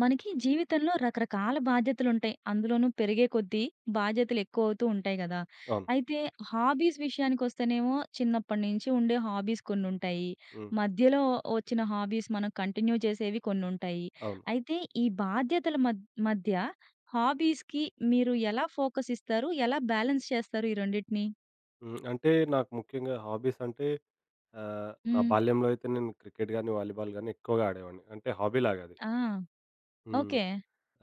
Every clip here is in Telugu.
మనకి జీవితంలో రకరకాల బాధ్యతలుంటాయి. అందులోనూ పెరిగే కొద్దీ బాధ్యతలు ఎక్కువవుతూ ఉంటాయి గదా! అవును. అయితే హాబీస్ విషయానికొస్తేనేమో చిన్నప్పటి నుంచి ఉండే హాబీస్ కొన్నుంటాయి. హ్మ్. మధ్యలో వచ్చిన హాబీస్ మనం కంటిన్యూ చేసేవి కొన్నుంటాయి. అవును. అయితే ఈ బాధ్యతల మధ్య హాబీస్‌కి మీరు ఎలా ఫోకస్ ఇస్తారు? ఎలా బ్యాలెన్స్ చేస్తారు ఈ రెండిటిని? హ్మ్. అంటే నాకు ముఖ్యంగా హాబీస్ అంటే నా హ్మ్. బాల్యంలో అయితే నేను క్రికెట్ గాని, వాలీబాల్ గాని ఎక్కువగా ఆడేవాడిని. అంటే హాబీలాగా అది. ఆ! హ్మ్. ఓకే.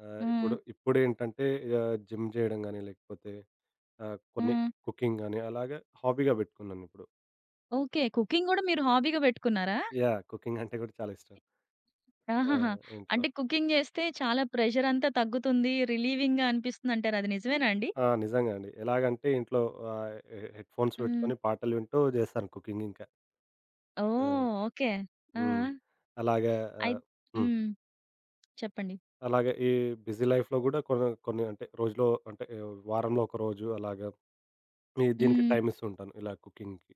ఆహ్, హ్మ్. ఇప్పుడు ఇప్పుడేంటంటే జిమ్ జేయడం గాని లేకపోతే కొన్ని హ్మ్. కుకింగ్ గాని అలాగే హాబీగా పెట్టుకున్నానిప్పుడు. ఓకే. కుకింగ్ గూడా మీరు హాబీగా పెట్టుకున్నారా? యాహ్! కుకింగ్ అంటే కూడా చాలా ఇష్టం. ఆ! ఆహాహా! ఇంట్లో అంటే కుకింగ్ జేస్తే చాలా ప్రెషర్ అంతా తగ్గుతుంది. రిలీవింగ్‌గా అనిపిస్తుంది అంటారు. అది నిజమేనా అండి? ఆ! నిజంగా అండి. ఎలాగంటే ఇంట్లో హెడ్ ఫోన్స్ హ్మ్. పెట్టుకొని పాటలు వింటూ జేస్తాను కుకింగ్ ఇంకా. ఓహ్! ఆ! ఓకే. ఆ! హ్మ్. అలాగే అయి ఆహ్ హ్మ్. హ్మ్. చెప్పండి. అలాగే ఈ బిజీ లైఫ్‌లో గూడా కొన్ని కొన్ని అంటే రోజులో అంటే వారంలో ఒక రోజు అలాగా దీనికి హ్మ్. టైమ్ ఇస్తూ ఉంటాను. ఇలా కుకింగ్‌కి.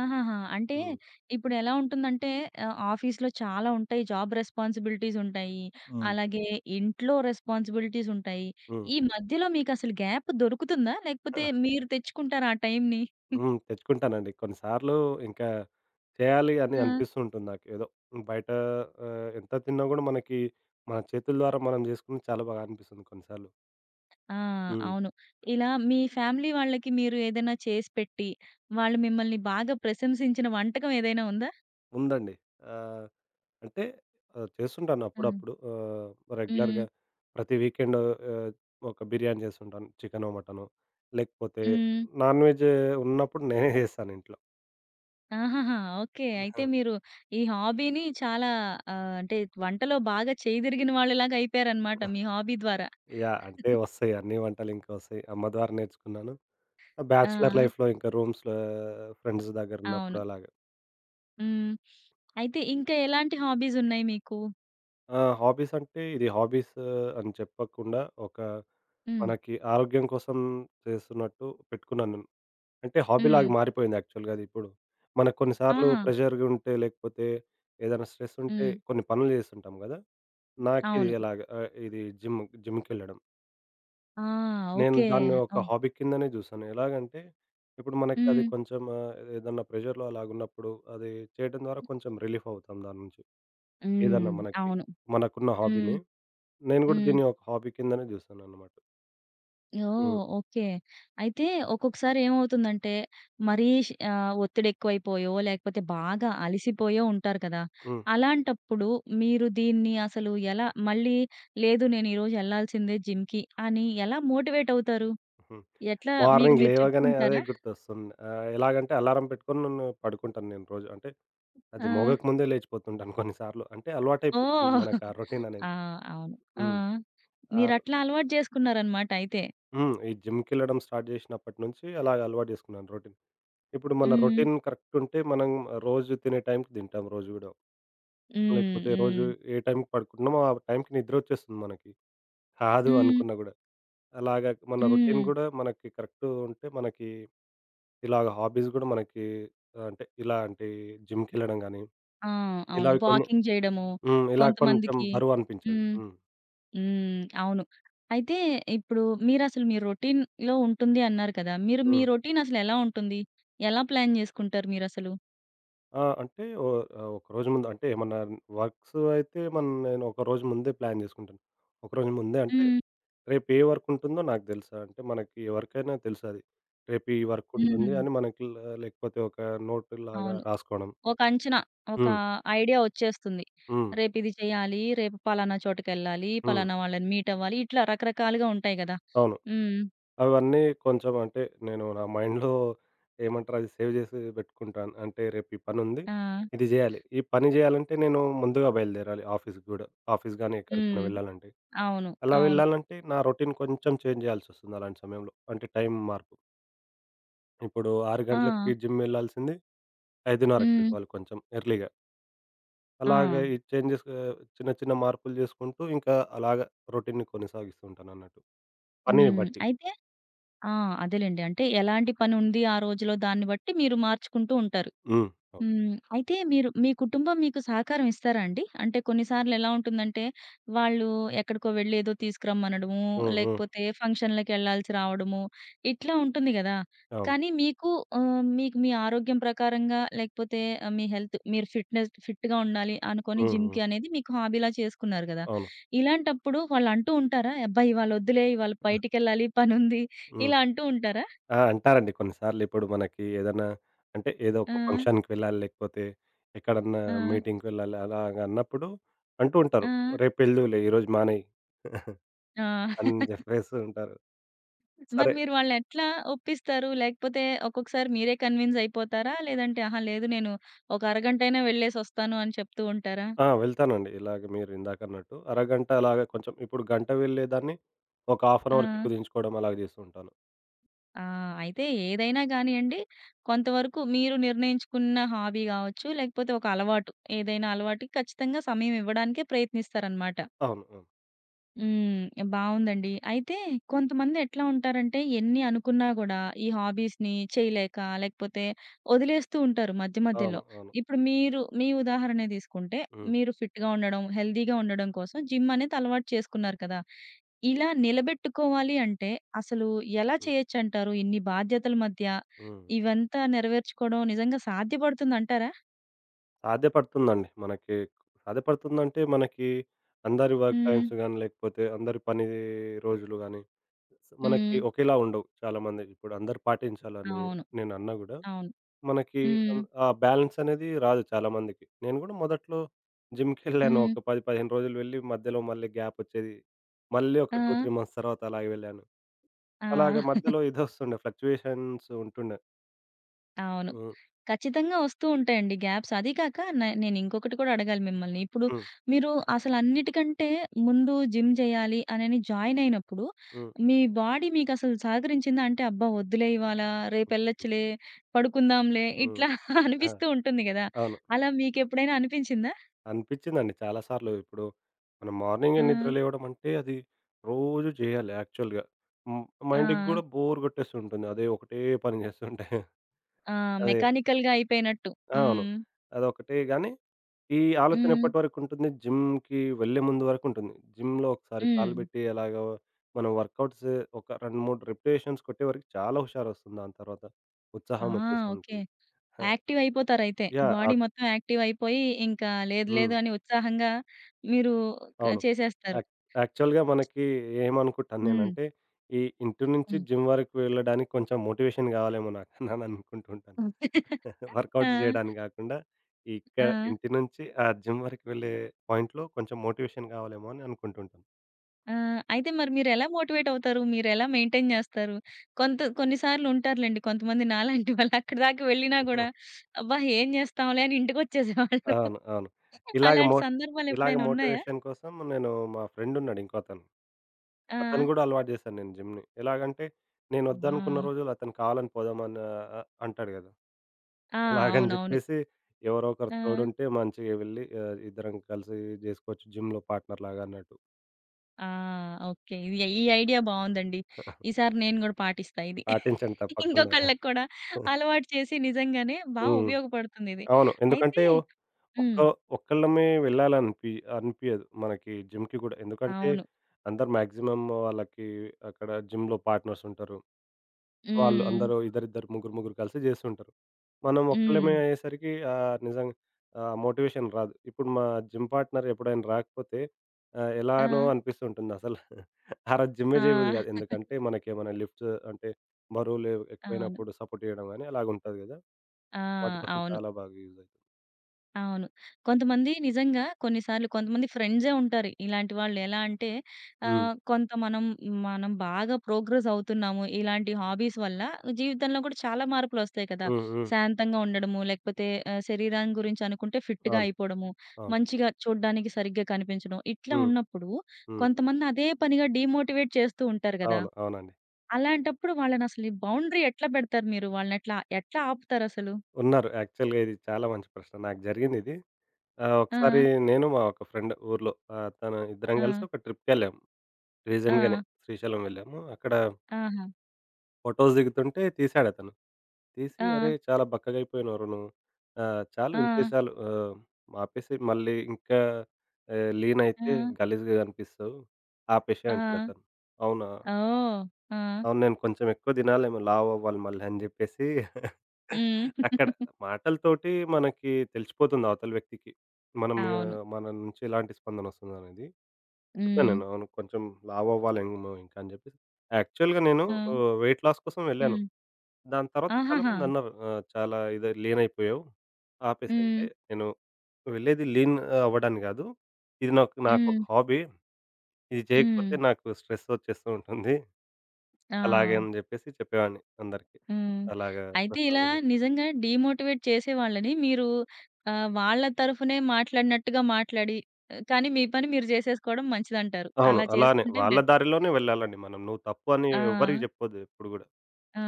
ఆహాహా! అంటే హ్మ్. ఇప్పుడు ఎలా ఉంటుందంటే ఆఫీస్‌లో చాలా ఉంటాయి. జాబ్ రెస్పాన్సిబిలిటీస్ ఉంటాయి. హ్మ్. అలాగే ఇంట్లో రెస్పాన్సిబిలిటీస్ ఉంటాయి. హ్మ్. ఈ మధ్యలో మీకసలు గ్యాప్ దొరుకుతుందా? లేకపోతే మీరు తెచ్చుకుంటారా ఆ టైంని? హ్మ్. తెచ్చుకుంటానండి. కొన్నిసార్లు ఇంకా చేయాలి అని అనిపిస్తూ ఉంటుంది నాకు. ఏదో బయట ఎంత తిన్నా గూడా మనకి మన చేతుల ద్వారా మనం జేసుకుని చాలా బాగా అనిపిస్తుంది కొన్నిసార్లు. ఆ! హ్మ్. అవును. ఇలా మీ ఫ్యామిలీ వాళ్ళకి మీరు ఏదైనా చేసి పెట్టి, వాళ్ళు మిమ్మల్ని బాగా ప్రశంసించిన వంటకం ఏదైనా ఉందా? ఉందండి. ఆహ్ అంటే చేస్తుంటాను హ్మ్. అప్పుడప్పుడు. హ్మ్. రెగ్యులర్‌గా ప్రతి వీకెండ్ ఒక బిర్యానీ చేస్తుంటాను. చికెనో, మటనో లేకపోతే హ్మ్. నాన్ వెజ్ ఉన్నప్పుడు నేనే చేస్తాను ఇంట్లో. ఆహాహా! ఓకే. అయితే మీరు ఈ హాబీని చాలా అంటే వంటలో బాగా చేయితిరిగిన వాళ్ళలాగా అయిపోయారన్నమాట మీ హాబీ ద్వారా. యాహ్! అంటే వస్తాయి అన్ని వంటలు ఇంకా వస్తాయి. అమ్మ ద్వారా నేర్చుకున్నాను. ఆ! బ్యాచిలర్ లైఫ్‌లో ఇంకా రూమ్స్‌లో ఫ్రెండ్స్ దగ్గర అవును. ఉన్నప్పుడు అలాగా. హ్మ్. అయితే ఇంకా ఎలాంటి హాబీస్ ఉన్నాయి మీకు? ఆ! హాబీస్ అంటే ఇది హాబీస్ అని చెప్పకుండా ఒక హ్మ్. మనకి ఆరోగ్యం కోసం చేస్తున్నట్టు పెట్టుకున్నాను నేను. అంటే హ్మ్. హాబీలాగా మారిపోయింది యాక్చువల్‌గా అదిప్పుడు. మనకు కొన్ని సార్లు ఆహా! ప్రెషర్‌గా ఉంటే, లేకపోతే ఏదైనా స్ట్రెస్ ఉంటే హ్మ్. కొన్ని పనులు చేస్తుంటాం గదా! నాకిది అవును. ఎలాగ ఇది జిమ్‌కెళ్ళడం. ఆ! నేను ఓకే. దాన్ని ఒక ఓహ్! హాబీ కిందనే చూసాను. ఎలాగంటే, ఇప్పుడు మనకది హ్మ్. కొంచెం ఏదన్నా ప్రెషర్‌లో అలాగున్నప్పుడు అది చేయడం ద్వారా కొంచెం రిలీఫ్ అవుతాం దాని నుంచి. హ్మ్. ఏదన్నా మనకి అవును. మనకున్న హ్మ్. హాబీని. నేను గూడా హ్మ్. దీన్ని ఒక హాబీ కిందనే చూసాననమాట. ఓహ్! హ్మ్. ఓకే. అయితే ఒక్కొక్కసారి ఏమవుతుందంటే, మరీ ఒత్తిడెక్కువైపోయో, లేకపోతే బాగా అలిసిపోయో ఉంటారు కదా! హ్మ్. అలాంటప్పుడు మీరు దీన్ని అసలు ఎలా మళ్ళీ లేదు నేను ఈరోజు ఎళ్ళాల్సిందే జిమ్‌కి అని ఎలా మోటివేట్ అవుతారు? హ్మ్. ఎట్లా మీకు మార్నింగ్ మీరు లేవగానే అదే చెప్పుకుంటారా? గుర్తొస్తుంది. ఎలాగంటే అలారం పెట్టుకొని నన్ను పడుకుంటాను నేను రోజు. అంటే అది ఆ! మోగకముందే లేచిపోతుంటాను కొన్నిసార్లు. అంటే అలవాటైపోతుంది ఓహ్! మనకు ఆ రొటీన్ అనేది. ఆ! అవును. ఆ! హ్మ్. ఆర్ మీరట్లా అలవాటు జేసుకున్నారనమాట అయితే. హ్మ్. ఈ జిమ్‌కెళ్ళడం స్టార్ట్ జేసినప్పటి నుంచి అలాగ అలవాటు జేసుకున్నాను రొటీన్. ఇప్పుడు మన హ్మ్. రొటీన్ కరెక్ట్ ఉంటే మనం రోజు తినే టైంకి తింటాం రోజు గూడా. హ్మ్. లేకపోతే రోజు హ్మ్. ఏ టైంకి పడుకుంటున్నామో ఆ టైంకి నిద్రొచ్చేస్తుంది మనకి. కాదు హ్మ్. అనుకున్నా గూడా. అలాగ మన రొటీన్ హ్మ్. గూడా మనకి కరెక్ట్ ఉంటే మనకి ఇలాగ హాబీస్ గూడా మనకి అంటే ఇలాంటి జిమ్‌కెళ్ళడం గానీ, ఆ! అవును. ఇలావి కొన్ని వాకింగ్ జేయడము, హ్మ్. ఇలా కొంచెం కొంతమందికి బరువనిపించదు. హ్మ్. హ్మ్. హ్మ్. అవును. అయితే ఇప్పుడు మీరసలు మీ రొటీన్‌లో ఉంటుంది అన్నారు కదా! మీరు మీ హ్మ్. రొటీన్ అసలెలా ఉంటుంది? ఎలా ప్లాన్ జేసుకుంటారు మీరసలు? ఆ! అంటే ఒకరోజు ముందు అంటే ఏమన్నా వర్క్స్ అయితే నేను ఒక రోజు ముందే ప్లాన్ జేసుకుంటాను. ఒకరోజు ముందే అంటే హ్మ్. రేపు ఏ వర్కుంటుందో నాకు తెలుసా అంటే మనకి ఎవరికైనా తెలుసది. రేపు ఈ వర్కుంటుంది హ్మ్. అని మనకి లేకపోతే ఒక నోటులాగా అవును. రాసుకోవడం. ఒక అంచనా, ఒక హ్మ్. ఐడియా ఒచ్చేస్తుంది. హ్మ్. రేపిది చేయాలి, రేపు పలానా చోటకెళ్ళాలి, హ్మ్. పలానా వాళ్ళని మీట్ అవ్వాలి, ఇట్లా రకరకాలుగా ఉంటాయి గదా! అవును. హ్మ్. అవన్నీ కొంచెం అంటే నేను నా మైండ్‌లో ఏమంటారు అది సేవ్ చేసి పెట్టుకుంటాను. అంటే రేపు ఈ పనుంది. ఆ! ఇది చేయాలి. ఈ పని చేయాలంటే నేను ముందుగా బయలుదేరాలి ఆఫీస్‌కి గూడా. ఆఫీస్ గాని ఎక్కడికైనా హ్మ్. వెళ్ళాలంటే. అవును. అలా అవును. వెళ్ళాలంటే నా రొటీన్ కొంచెం చేంజ్ చేయాల్సొస్తుంది అలాంటి సమయంలో. అంటే టైం మార్పు. ఇప్పుడు 6 ఆ! గంటలకి జిమ్ వెళ్ళాల్సింది హ్మ్. 5:30కెళ్ళిపోవాలి కొంచెం ఎర్లీగా. ఆ! అలాగా ఈ చేంజెస్ చిన్న చిన్న మార్పులు చేసుకుంటూ ఇంకా అలాగా రొటీన్‌ని కొనసాగిస్తూ ఉంటానన్నట్టు. పనిని హ్మ్. బట్టి. అయితే ఆ! అదేలెండి. అంటే ఎలాంటి పనుంది ఆ రోజులో దాన్ని బట్టి మీరు మార్చుకుంటూ ఉంటారు. హ్మ్. అవును. హ్మ్. అయితే మీరు మీ కుటుంబం మీకు సహకారం ఇస్తారా అండి? అంటే కొన్నిసార్లు ఎలా ఉంటుందంటే, వాళ్ళు ఎక్కడికో వెళ్లి ఏదో తీసుకురమ్మనడము, హ్మ్. హ్మ్. లేకపోతే ఫంక్షన్‌లకెళ్ళాల్సి రావడము, ఇట్లా ఉంటుంది గదా! అవును. కానీ మీకు మీకు మీ ఆరోగ్యం ప్రకారంగా లేకపోతే మీ హెల్త్ మీరు ఫిట్‌గా ఉండాలి అనుకోని హ్మ్. హ్మ్. జిమ్‌కి అనేది మీకు హాబీలా చేసుకున్నారు గదా! అవును. ఇలాంటప్పుడు వాళ్ళు అంటూ ఉంటారా? "అబ్బా! ఇవాళ వద్దులే, ఇవాళ బయటికెళ్ళాలి పనుంది" హ్మ్. ఇలా అంటూ ఉంటారా? ఆ! అంటారండి కొన్నిసార్లు ఇప్పుడు మనకి ఏదన్నా అంటే ఏదో ఆ! ఒక ఫంక్షన్‌కి వెళ్ళాలి లేకపోతే ఎక్కడన్నా ఆ! మీటింగ్‌కి వెళ్ళాలి అలాగ అన్నప్పుడు అంటూ ఆ! ఉంటారు. "రేపెళ్దువులే ఈరోజు మానేయి" ఆ! అని జెప్పేస్తూ ఉంటారు. మరి సరే మీరు వాళ్ళనెట్లా ఒప్పిస్తారు? లేకపోతే ఒక్కొక్కసారి మీరే కన్విన్స్ అయిపోతారా? లేదంటే అహా! లేదు నేను ఒక అరగంటైనా వెళ్ళేసొస్తాను అని చెప్తూ ఉంటారా? ఆ! వెళ్తానండి. ఇలాగ మీరు ఇందాకన్నట్టు అరగంట అలాగ కొంచెం ఇప్పుడు గంట వెళ్ళేదాన్ని ఒక హాఫ్ ఆ! అన్ అవర్‌కి కుదించుకోవడం అలాగ జేస్తూ ఉంటాను. ఆ! అయితే ఏదైనా గానియండి, కొంతవరకు మీరు నిర్ణయించుకున్న హాబీ గావచ్చు, లేకపోతే ఒక అలవాటు ఏదైనా అలవాటుకి ఖచ్చితంగా సమయం ఇవ్వడానికే ప్రయత్నిస్తారనమాట. అవును. అవును. హ్మ్. బావుందండి. అయితే కొంతమంది ఎట్లా ఉంటారంటే ఎన్ని అనుకున్నా గూడా ఈ హాబీస్‌ని చేయలేక లేకపోతే వదిలేస్తూ ఉంటారు మధ్య మధ్యలో. అవును. అవును. ఇప్పుడు మీరు మీ ఉదాహరణే తీసుకుంటే హ్మ్. మీరు ఫిట్‌గా ఉండడం, హెల్తీగా ఉండడం కోసం జిమ్ అనేది అలవాటు చేసుకున్నారు కదా! ఇలా నిలబెట్టుకోవాలి అంటే అసలు ఎలా హ్మ్. చేయొచ్చంటారు? ఇన్ని బాధ్యతల మధ్య హ్మ్. ఇవంతా నెరవేర్చుకోవడం నిజంగా సాధ్యపడుతుందంటారా? సాధ్యపడుతుందండి. మనకి సాధ్యపడుతుందంటే, మనకి అందరి వర్క్ హ్మ్. టైమ్స్ గాని, లేకపోతే అందరి పని రోజులు గాని, హ్మ్. మనకి ఒకేలా ఉండవు చాలామంది. ఇప్పుడు అందరూ పాటించాలని అవును. నేనన్నా గూడా, అవును. మనకి హ్మ్. అన్ ఆ బ్యాలెన్స్ అనేది రాదు చాలామందికి. నేను గూడా మొదట్లో జిమ్‌కెళ్ళాను. హ్మ్. ఒక 10, 15 రోజులు వెళ్ళి, మధ్యలో మళ్ళీ గ్యాపొచ్చేది. మళ్ళీ ఒక ఆ! 2, 3 మంత్స్ తర్వాత అలాగే వెళ్ళాను. ఆ! అలాగ మధ్యలో ఇదొస్తుండే ఫ్లక్చుయేషన్స్ ఉంటుండే. అవును. హ్మ్. ఖచ్చితంగా వస్తూ ఉంటాయండి గ్యాప్స్. అదీ కాక నేనింకొకటి కూడా అడగాలి మిమ్మల్ని. ఇప్పుడు హ్మ్. మీరు అసలన్నిటికంటే ముందు జిమ్ జేయాలి అనని జాయిన్ అయినప్పుడు, హ్మ్. మీ బాడీ మీకసలు సహకరించిందా? అంటే అబ్బా! వద్దులే ఇవాళ, హ్మ్. రేపెళ్ళొచ్చులే, పడుకుందాంలే హ్మ్. ఇట్లా ఆ! అనిపిస్తూ ఉంటుంది గదా! అవును. అలా మీకెప్పుడైనా అనిపించిందా? అనిపించిందండి చాలా సార్లు. ఇప్పుడు మనం ఆ! మార్నింగే నిద్ర లేవడం అంటే అది రోజు చేయాలి యాక్చువల్‌గా. హ్మ్. ఆ! మైండ్‌కి గూడా బోర్ కొట్టేస్తుంటుంది. అదే ఒకటే పని చేస్తుంటే. ఆ! అదే. మెకానికల్‌గా అయిపోయినట్టు. అవును. హ్మ్. అదొకటే గానీ, ఈ ఆలోచన హ్మ్. ఎప్పటి వరకుంటుంది? జిమ్‌కి వెళ్ళే ముందు వరకుంటుంది. జిమ్‌లో ఒకసారి హ్మ్. కాలు పెట్టి అలాగా మనం వర్కౌట్స్ ఒక 2, 3 రిపిటేషన్స్ కొట్టే వరకు చాలా హుషారొస్తుంది. దాని తర్వాత ఆ! ఉత్సాహం ఓకే. వచ్చేస్తుంటుంది. యాక్టివ్ అయిపోతారయితే. యాహ్! బాడీ మొత్తం యాక్టివ్ అయిపోయి, ఇంకా లేదు లేదు హ్మ్. అని ఉత్సాహంగా మీరు అవును. చేసేస్తారు. యాక్ యాక్చువల్‌గా మనకి ఏమనుకుంటాను హ్మ్. నేనంటే, ఈ ఇంటి నుంచి హ్మ్. జిమ్ వరకు వెళ్ళడానికి కొంచెం మోటివేషన్ కావాలేమో నాకు అని అనుకుంటూ ఉంటాను. హ్మ్. ఆ! వర్కౌట్స్ చేయడానికి కాకుండా, ఆ! ఇక్కడ ఇంటి నుంచి ఆ జిమ్ వరకు వెళ్ళే పాయింట్‌లో కొంచెం మోటివేషన్ కావాలేమో అని అనుకుంటుంటాను. ఆ! అయితే మరి మీరెలా మోటివేట్ అవుతారు? మీరెలా మెయింటైన్ జేస్తారు? కొన్ని సార్లు ఉంటారులెండి. కొంతమంది నాలాంటి వాళ్ళు అక్కడి దాకా వెళ్ళినా గూడా, అబ్బా! ఏం జేస్తాంలే అని ఇంటికొచ్చేసేవాళ్ళు. అవును. అవును. ఇలాగ అలాంటి మో ఇలాగ సందర్భాలెప్పుడైనా ఉన్నాయా? మోటివేషన్ కోసం నేను మా ఫ్రెండ్ ఉన్నాడు ఇంకోతను. ఆ! అతను గూడా అలవాటు చేశాను నేను జిమ్‌ని. ఎలాగంటే, నేను ఆ! వద్దనుకున్న రోజులు అతను కావాలని పోదామని అంటాడు గదా! ఆ! అలాగని అవునవును. జెప్పేసి ఎవరో ఒకరు ఆ! తోడుంటే మంచిగా వెళ్ళి ఇద్దరం కలిసి జేసుకోవచ్చు జిమ్‌లో పార్ట్‌నర్ లాగా అన్నట్టు. ఆ! ఓకే. ఈ ఐడియా బావుందండి. ఈసారి నేను గూడా పాటిస్తా ఇది. పాటించండి తప్పకుండా. ఇంకొకళ్ళకి కూడా అలవాటు చేసి నిజంగానే హ్మ్. ఉపయోగపడుతుందిది. అవును. అయితే ఎందుకంటే ఒక్క హ్మ్. ఒక్కళ్ళమే అనిపియదు మనకి జిమ్‌కి గూడా. ఎందుకంటే అవును. అందరు మాక్సిమం వాళ్ళకి అక్కడ జిమ్‌లో పార్ట్‌నర్స్ ఉంటారు. వాళ్ళు హ్మ్. అందరూ ఇద్దరిద్దరు, ముగ్గురు, ముగ్గురు కలిసి జేస్తుంటారు. మనం హ్మ్. ఒక్కళ్ళమే అయ్యేసరికి నిజంగా ఆ మోటివేషన్ రాదు. ఇప్పుడు మా జిమ్ పార్ట్నర్ ఎప్పుడైనా రాకపోతే ఆ! ఎలానో అనిపిస్తుంటుంది అసలు. ఆ రోజు జిమ్మే ఆ! జేయబుద్ది గాదు. ఎందుకంటే మనకేమైనా లిఫ్ట్స్ అంటే బరువులు అవును. ఎక్కువైనప్పుడు సపోర్ట్ జేయడం గాని అలాగుంటది గదా! ఆ! వాటి కోసం అవును. చాలా బాగా యూజ్ అవుతుంది. అవును. కొంతమంది నిజంగా కొన్నిసార్లు కొంతమంది ఫ్రెండ్సే ఉంటారు. ఇలాంటి వాళ్ళు ఎలా అంటే హ్మ్. ఆహ్, కొంత మనం మనం బాగా ప్రోగ్రెస్ అవుతున్నాము. ఇలాంటి హాబీస్ వల్ల జీవితంలో కూడా చాలా మార్పులొస్తాయి కదా! హ్మ్. హ్మ్. శాంతంగా ఉండడము, లేకపోతే శరీరాన్ని గురించి అనుకుంటే ఫిట్‌గా అవును. అయిపోవడము, అవును. మంచిగా చూడ్డానికి సరిగ్గా కనిపించడం. ఇట్లా హ్మ్. ఉన్నప్పుడు హ్మ్. కొంతమంది అదే పనిగా డీమోటివేట్ చేస్తూ ఉంటారు గదా! అవును. అవునండి. అలాంటప్పుడు వాళ్ళనసలు ఈ బౌండరీ ఎట్లా పెడతారు మీరు? వాళ్ళనెట్లా ఆపుతారసలు? ఉన్నారు. యాక్చువల్‌గా ఇది చాలా మంచి ప్రశ్న. నాకు జరిగిందిది. ఆ! ఆ! ఒకసారి నేను, మా ఒక ఫ్రెండ్ ఊర్లో తను ఇద్దరం కలిసి ఆ! ఒక ట్రిప్‌కెళ్ళాం. ఆ! రీసెంట్‌గానే శ్రీశైలం వెళ్ళాము. అక్కడ ఆహా! ఫోటోస్ దిగుతుంటే తీసాడతను. తీసి ఆ! "అరేయ్! చాలా బక్కగయిపోయినవురా నువ్వు. చాలు ఆ! ఇంతే చాలు. ఆపేసేయి. మళ్ళీ ఇంకా ఆ! లీనయితే గలీజుగా కనిపిస్తావు. ఆ! ఆపేసేయి" అంటాడతను. అవునా! ఓహ్! ఆ! అవును. నేను కొంచెం ఎక్కువ తినాలేమో లావవ్వాలి మళ్ళీ అని జెప్పేసి హ్మ్. అక్కడ మాటలతోటి మనకి తెలిసిపోతుంది అవతల వ్యక్తికి. మనం అవును. మన నుంచి ఎలాంటి స్పందనొస్తుందనేది. చెప్పాను హ్మ్. నేను. అవును. కొంచెం లావవ్వాలేమో ఇంకా అని జెప్పేసి. యాక్చువల్‌గా నేను ఆ! వెయిట్ లాస్ కోసం వెళ్ళాను. హ్మ్. దాని తర్వాత ఆహాహా! చాలామందన్నారు "చాలా ఇది లీనయిపోయావు. హ్మ్. ఆపేసంటే" నేను వెళ్ళేది లీన్ అవ్వడానికి గాదు. ఇది నాకొక హ్మ్. హాబీ. ఇది హ్మ్. చేయకపోతే నాకు స్ట్రెస్ ఒచ్చేస్తూ ఉంటుంది. ఆ! అలాగే అని జెప్పేసి చెప్పేవాడిని అందరికి. హ్మ్. అలాగా అయితే ఇలా ప్రశాంతంగా నిజంగా డీమోటివేట్ చేసేవాళ్ళని మీరు వాళ్ళ తరఫునే మాట్లాడినట్టుగా మాట్లాడి, కానీ మీ పని మీరు చేసేసుకోవడం మంచిదంటారు. అవును. అలా అలానే చేసుకుంటే వాళ్ళ బెటర్. దారిలోనే వెళ్ళాలండి మనం. నువ్వు తప్పు అని ఆ! ఎవ్వరికీ జెప్పొద్దు ఎప్పుడు గూడా. ఆ!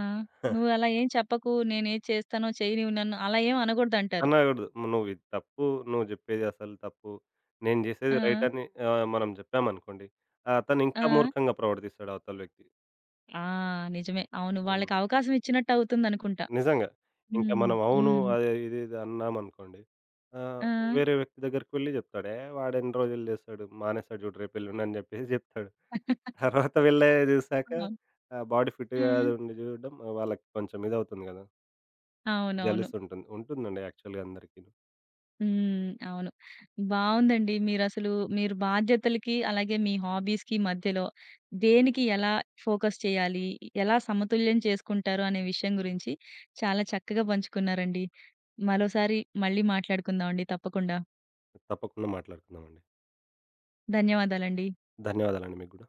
"నువ్వలా ఏం చెప్పకు, నేనేది చేస్తానో చెయ్యి నువ్వు నన్ను" అలా ఏం అనకూడదంటారు. అనగూడదు. "నువ్వు ఇది తప్పు. నువ్వు జెప్పేది అసలు తప్పు. నేను ఆ! జేసేది రైట్" అని మనం జెప్పామనుకోండి. అతను ఇంకా ఆ! మూర్ఖంగా ప్రవర్తిస్తాడు అవతల వ్యక్తి. ఆ! నిజమే. అవును. వాళ్ళకి హ్మ్. అవకాశం ఇచ్చినట్టు అవుతుందనుకుంటా. నిజంగా. ఇంకా హ్మ్. మనం అవును హ్మ్. అది ఇది ఇది అన్నామనుకోండి. ఆహ్, ఆ! వేరే వ్యక్తి దగ్గరికి వెళ్లి జెప్తాడు. "ఏ వాడెన్ని రోజులు జేస్తాడు. మానేస్తాడు జూడు రేపెల్లుండి" అని జెప్పేసి జెప్తాడు. తర్వాత వెళ్ళే చూసాక అవును. బాడీ ఫిట్‌గా హ్మ్. అది ఉండి చూడడం ఆ, వాళ్ళకి కొంచెం ఇదవుతుంది కదా! అవునవును. జలస్ ఉంటుంది. ఉంటుందండి యాక్చువల్‌గా అందరికీను. హ్మ్. అవును. బావుందండి. మీరసలు మీరు బాధ్యతలకి, అలాగే మీ హాబీస్‌కి మధ్యలో దేనికి ఎలా ఫోకస్ చేయాలి? ఎలా సమతుల్యం చేసుకుంటారు? అనే విషయం గురించి చాలా చక్కగా పంచుకున్నారండి. మరోసారి మళ్ళీ మాట్లాడుకుందామండి తప్పకుండా. తప్పకుండా మాట్లాడుకుందామండి. ధన్యవాదాలండి. ధన్యవాదాలండి మీకు గూడా.